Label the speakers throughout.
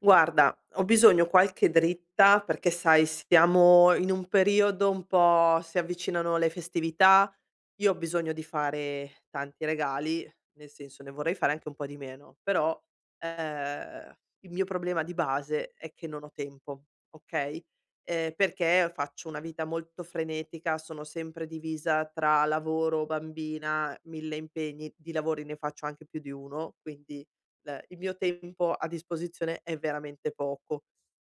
Speaker 1: Guarda, ho bisogno qualche dritta perché sai siamo in un periodo un po', si avvicinano le festività, io ho bisogno di fare tanti regali, nel senso ne vorrei fare anche un po' di meno, però, il mio problema di base è che non ho tempo, okay, perché faccio una vita molto frenetica, sono sempre divisa tra lavoro, bambina, 1000 impegni, di lavori ne faccio anche più di uno, quindi l il mio tempo a disposizione è veramente poco.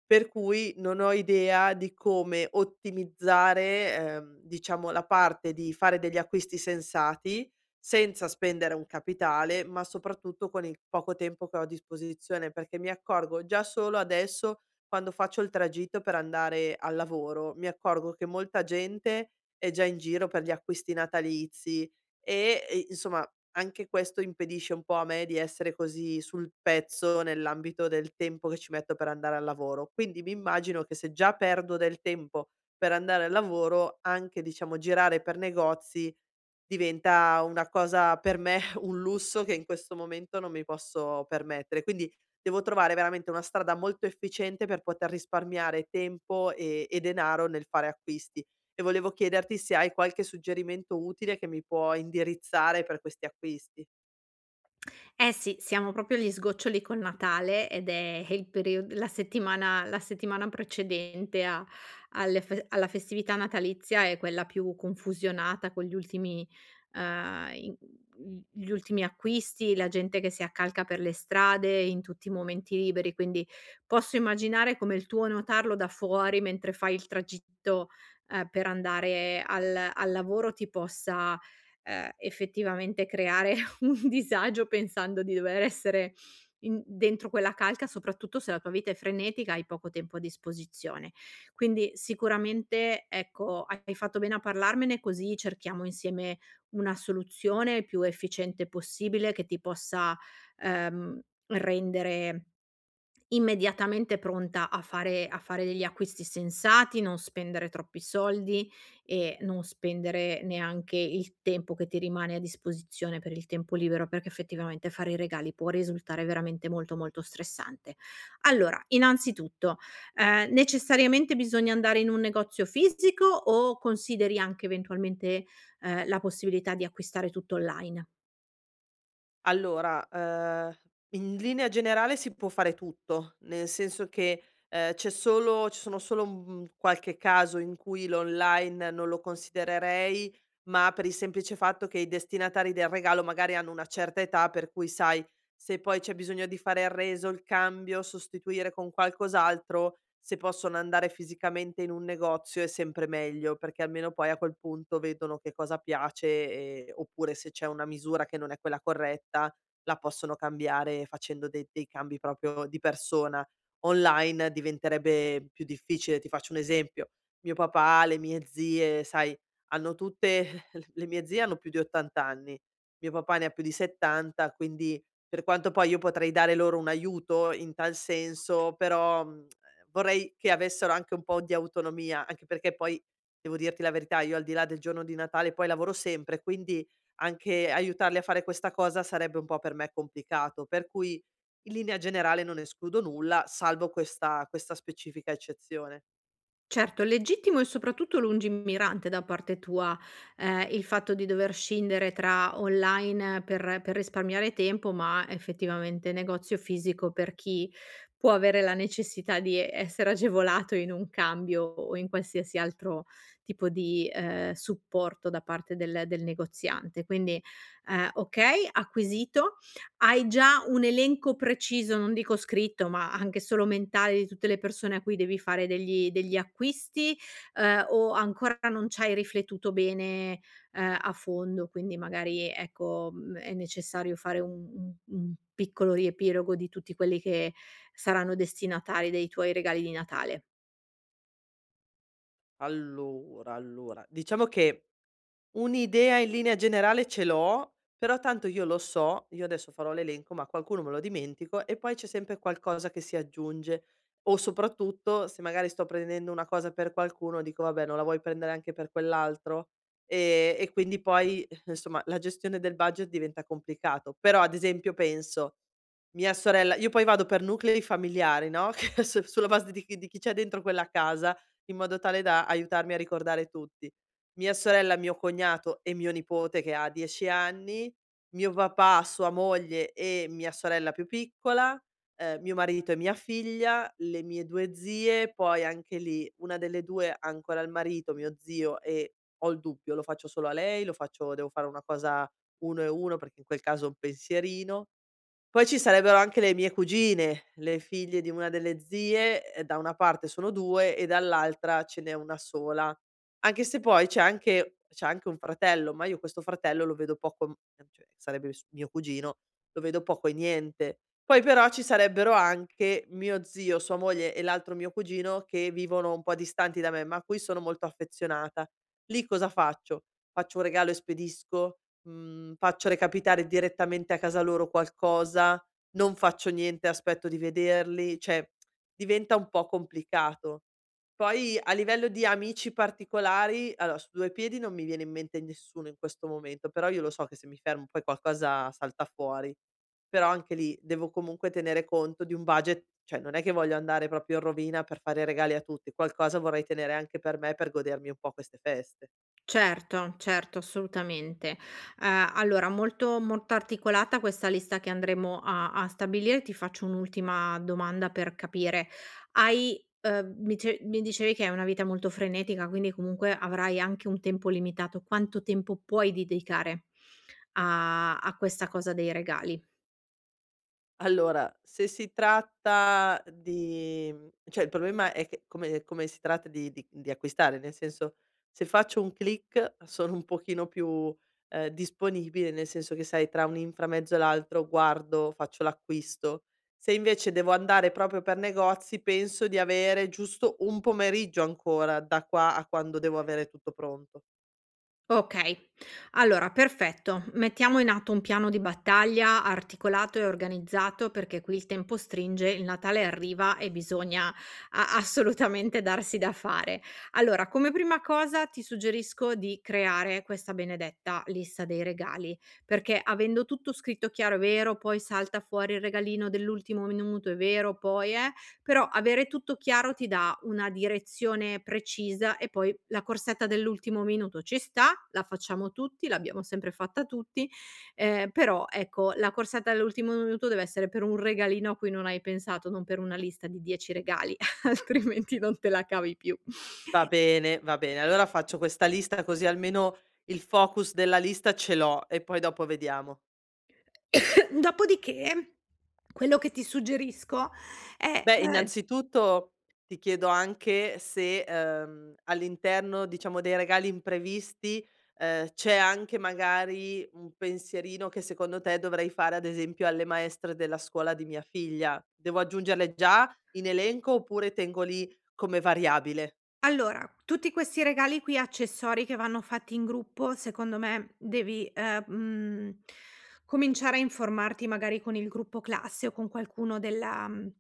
Speaker 1: Per cui non ho idea di come ottimizzare, diciamo, la parte di fare degli acquisti sensati, senza spendere un capitale, ma soprattutto con il poco tempo che ho a disposizione, perché mi accorgo già solo adesso, quando faccio il tragitto per andare al lavoro, mi accorgo che molta gente è già in giro per gli acquisti natalizi e, insomma, anche questo impedisce un po' a me di essere così sul pezzo nell'ambito del tempo che ci metto per andare al lavoro. Quindi mi immagino che se già perdo del tempo per andare al lavoro, anche diciamo girare per negozi diventa una cosa per me un lusso che in questo momento non mi posso permettere. Quindi devo trovare veramente una strada molto efficiente per poter risparmiare tempo e denaro nel fare acquisti. E volevo chiederti se hai qualche suggerimento utile che mi può indirizzare per questi acquisti.
Speaker 2: Eh sì, siamo proprio agli sgoccioli col Natale ed è il period la settimana precedente a alle fe alla festività natalizia è quella più confusionata con gli ehm, i gli ultimi acquisti, la gente che si accalca per le strade in tutti i momenti liberi. Quindi posso immaginare come il tuo notarlo da fuori mentre fai il tragitto, per andare al lavoro ti possa effettivamente creare un disagio pensando di dover essere in dentro quella calca, soprattutto se la tua vita è frenetica, hai poco tempo a disposizione. Quindi sicuramente, ecco, hai fatto bene a parlarmene, così cerchiamo insieme una soluzione più efficiente possibile che ti possa, ehm, rendere immediatamente pronta a fare degli acquisti sensati, non spendere troppi soldi e non spendere neanche il tempo che ti rimane a disposizione per il tempo libero, perché effettivamente fare i regali può risultare veramente molto, molto stressante. Allora, innanzitutto necessariamente bisogna andare in un negozio fisico o consideri anche eventualmente la possibilità di acquistare tutto online?
Speaker 1: Allora, in linea generale si può fare tutto, nel senso che, c'è solo ci sono solo, mhmm, qualche caso in cui l'online non lo considererei, ma per il semplice fatto che i destinatari del regalo magari hanno una certa età, per cui sai, se poi c'è bisogno di fare il reso, il cambio, sostituire con qualcos'altro, se possono andare fisicamente in un negozio è sempre meglio, perché almeno poi a quel punto vedono che cosa piace, oppure se c'è una misura che non è quella corretta, la possono cambiare facendo de dei cambi proprio di persona. Online diventerebbe più difficile, ti faccio un esempio: mio papà, le mie zie, sai, hanno tutte le mie zie hanno più di 80 anni, mio papà ne ha più di 70, quindi per quanto poi io potrei dare loro un aiuto in tal senso, però, mhmm, vorrei che avessero anche un po' di autonomia, anche perché poi, devo dirti la verità, io al di là del giorno di Natale poi lavoro sempre, quindi anche aiutarli a fare questa cosa sarebbe un po' per me complicato, per cui in linea generale non escludo nulla, salvo questa specifica eccezione.
Speaker 2: Certo, è legittimo e soprattutto lungimirante da parte tua il fatto di dover scindere tra online per risparmiare tempo, ma effettivamente negozio fisico per chi può avere la necessità di essere agevolato in un cambio o in qualsiasi altro tipo di supporto da parte del negoziante. Quindi okay, acquisito. Hai già un elenco preciso, non dico scritto, ma anche solo mentale, di tutte le persone a cui devi fare degli acquisti o ancora non c'hai riflettuto bene a fondo? Quindi magari ecco, è necessario fare un piccolo riepilogo di tutti quelli che saranno destinatari dei tuoi regali di Natale?
Speaker 1: Allora, diciamo che un'idea in linea generale ce l'ho, però tanto io lo so, io adesso farò l'elenco, ma qualcuno me lo dimentico e poi c'è sempre qualcosa che si aggiunge. O soprattutto se magari sto prendendo una cosa per qualcuno, dico: "Vabbè, non la vuoi prendere anche per quell'altro?" E quindi poi, insomma, la gestione del budget diventa complicato. Però ad esempio penso, mia sorella, io poi vado per nuclei familiari, no, che su sulla base di chi c'è dentro quella casa, in modo tale da aiutarmi a ricordare tutti. Mia sorella, mio cognato e mio nipote che ha 10 anni, mio papà, sua moglie e mia sorella più piccola, mio marito e mia figlia, le mie 2 zie, poi anche lì una delle 2 ha ancora il marito, mio zio, e ho il dubbio, lo faccio solo a lei, lo faccio, devo fare una cosa uno e uno perché in quel caso è un pensierino. Poi ci sarebbero anche le mie cugine, le figlie di una delle zie, da una parte sono 2 e dall'altra ce n'è 1 sola. Anche se poi c'è anche un fratello, ma io questo fratello lo vedo poco, m cioè, sarebbe s mio cugino, lo vedo poco e niente. Poi però ci sarebbero anche mio zio, sua moglie e l'altro mio cugino che vivono un po' distanti da me, ma a cui sono molto affezionata. Lì cosa faccio? Faccio un regalo e spedisco? Mhmm, faccio recapitare direttamente a casa loro qualcosa, non faccio niente, aspetto di vederli, cioè diventa un po' complicato. Poi a livello di amici particolari, allora su 2 piedi non mi viene in mente nessuno in questo momento, però io lo so che se mi fermo poi qualcosa salta fuori. Però anche lì devo comunque tenere conto di un budget, cioè non è che voglio andare proprio in rovina per fare regali a tutti, qualcosa vorrei tenere anche per me, per godermi un po' queste feste.
Speaker 2: Certo, certo, assolutamente. Allora molto molto articolata questa lista che andremo a stabilire. Ti faccio un'ultima domanda per capire: hai mi dice mi dicevi che hai una vita molto frenetica, quindi comunque avrai anche un tempo limitato. Quanto tempo puoi dedicare a questa cosa dei regali?
Speaker 1: Allora, se si tratta di mhmm, cioè il problema è che come si tratta di acquistare, nel senso, se faccio un click sono un pochino più, disponibile, nel senso che sai tra un inframezzo e l'altro guardo, faccio l'acquisto. Se invece devo andare proprio per negozi, penso di avere giusto un pomeriggio ancora, da qua a quando devo avere tutto pronto.
Speaker 2: Okay. Allora, perfetto. Mettiamo in atto un piano di battaglia articolato e organizzato, perché qui il tempo stringe, il Natale arriva e bisogna a assolutamente darsi da fare. Allora, come prima cosa ti suggerisco di creare questa benedetta lista dei regali, perché avendo tutto scritto chiaro è vero, poi salta fuori il regalino dell'ultimo minuto, è vero, poi però avere tutto chiaro ti dà una direzione precisa e poi la corsetta dell'ultimo minuto ci sta, la facciamo tutti, l'abbiamo sempre fatta tutti, però ecco, la corsetta dell'ultimo minuto deve essere per un regalino a cui non hai pensato, non per una lista di 10 regali, altrimenti non te la cavi più.
Speaker 1: Va bene, va bene. Allora faccio questa lista, così almeno il focus della lista ce l'ho e poi dopo vediamo.
Speaker 2: Dopodiché, quello che ti suggerisco è,
Speaker 1: Beh,
Speaker 2: ehm
Speaker 1: innanzitutto ti chiedo anche se, all'interno, diciamo, dei regali imprevisti, c'è anche magari un pensierino che secondo te dovrei fare, ad esempio, alle maestre della scuola di mia figlia. Devo aggiungerle già in elenco oppure tengo lì come variabile?
Speaker 2: Allora, tutti questi regali qui, accessori che vanno fatti in gruppo, secondo me devi, cominciare a informarti magari con il gruppo classe o con qualcuno della mhmm,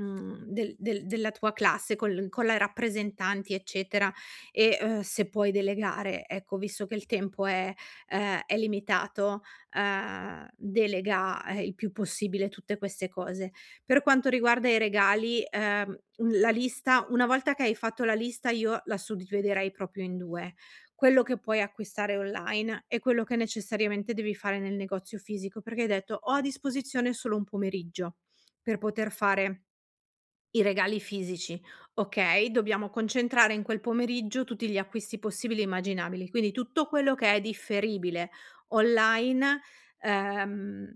Speaker 2: Mhmm, del del della tua classe col con la rappresentanti eccetera e, se puoi delegare, ecco, visto che il tempo è limitato, delega, il più possibile tutte queste cose. Per quanto riguarda i regali, la lista una volta che hai fatto la lista io la suddividerei proprio in 2: quello che puoi acquistare online e quello che necessariamente devi fare nel negozio fisico, perché hai detto: "Ho a disposizione solo un pomeriggio per poter fare i regali fisici". Okay, dobbiamo concentrare in quel pomeriggio tutti gli acquisti possibili e immaginabili, quindi tutto quello che è differibile online, ehm,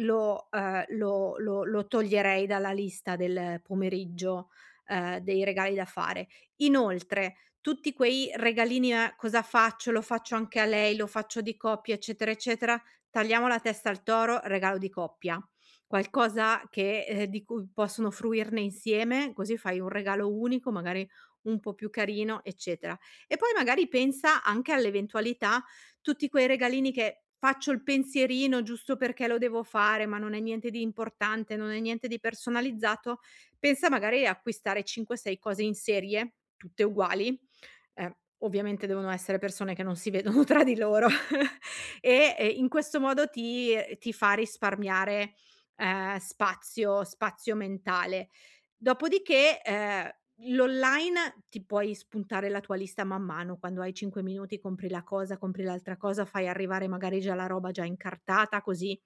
Speaker 2: lo toglierei dalla lista del pomeriggio dei regali da fare. Inoltre, tutti quei regalini a "cosa faccio? Lo faccio anche a lei, lo faccio di coppia", eccetera, eccetera, tagliamo la testa al toro, regalo di coppia qualcosa che di cui possono fruirne insieme, così fai un regalo unico, magari un po' più carino, eccetera. E poi magari pensa anche all'eventualità, tutti quei regalini che faccio il pensierino giusto perché lo devo fare, ma non è niente di importante, non è niente di personalizzato, pensa magari a acquistare 5, 6 cose in serie, tutte uguali, ehm, ovviamente devono essere persone che non si vedono tra di loro e, in questo modo ti fa risparmiare spazio mentale. Dopodiché, l'online ti puoi spuntare la tua lista man mano, quando hai 5 minuti compri la cosa, compri l'altra cosa, fai arrivare magari già la roba già incartata, così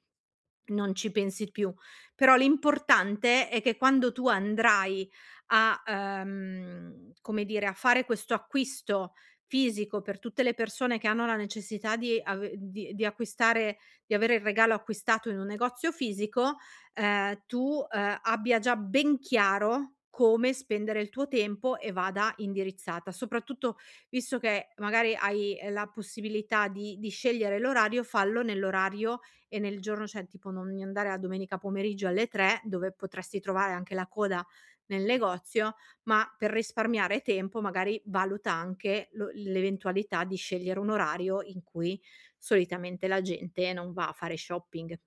Speaker 2: non ci pensi più. Però l'importante è che quando tu andrai come dire, a fare questo acquisto fisico per tutte le persone che hanno la necessità di ave di acquistare di avere il regalo acquistato in un negozio fisico tu abbia già ben chiaro come spendere il tuo tempo e vada indirizzata. Soprattutto visto che magari hai la possibilità di scegliere l'orario, fallo nell'orario e nel giorno, cioè tipo non andare la domenica pomeriggio alle 3, dove potresti trovare anche la coda nel negozio, ma per risparmiare tempo magari valuta anche lo l'eventualità di scegliere un orario in cui solitamente la gente non va a fare shopping.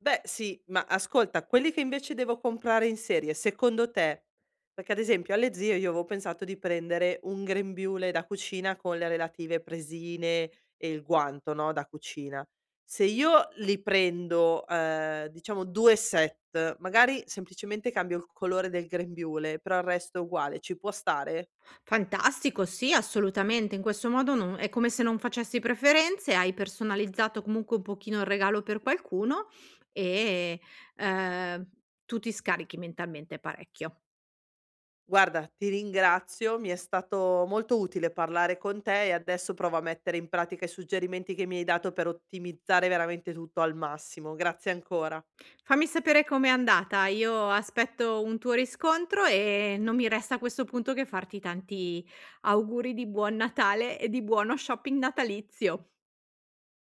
Speaker 1: Beh sì, ma ascolta, quelli che invece devo comprare in serie, secondo te, perché ad esempio alle zie io avevo pensato di prendere un grembiule da cucina con le relative presine e il guanto, no, da cucina. Se io li prendo, diciamo 2 set, magari semplicemente cambio il colore del grembiule, però il resto è uguale, ci può stare?
Speaker 2: Fantastico, sì, assolutamente. In questo modo non è come se non facessi preferenze, hai personalizzato comunque un pochino il regalo per qualcuno e ehm, tu ti scarichi mentalmente parecchio.
Speaker 1: Guarda, ti ringrazio, mi è stato molto utile parlare con te e adesso provo a mettere in pratica i suggerimenti che mi hai dato per ottimizzare veramente tutto al massimo. Grazie ancora.
Speaker 2: Fammi sapere com'è andata, io aspetto un tuo riscontro e non mi resta a questo punto che farti tanti auguri di buon Natale e di buono shopping natalizio.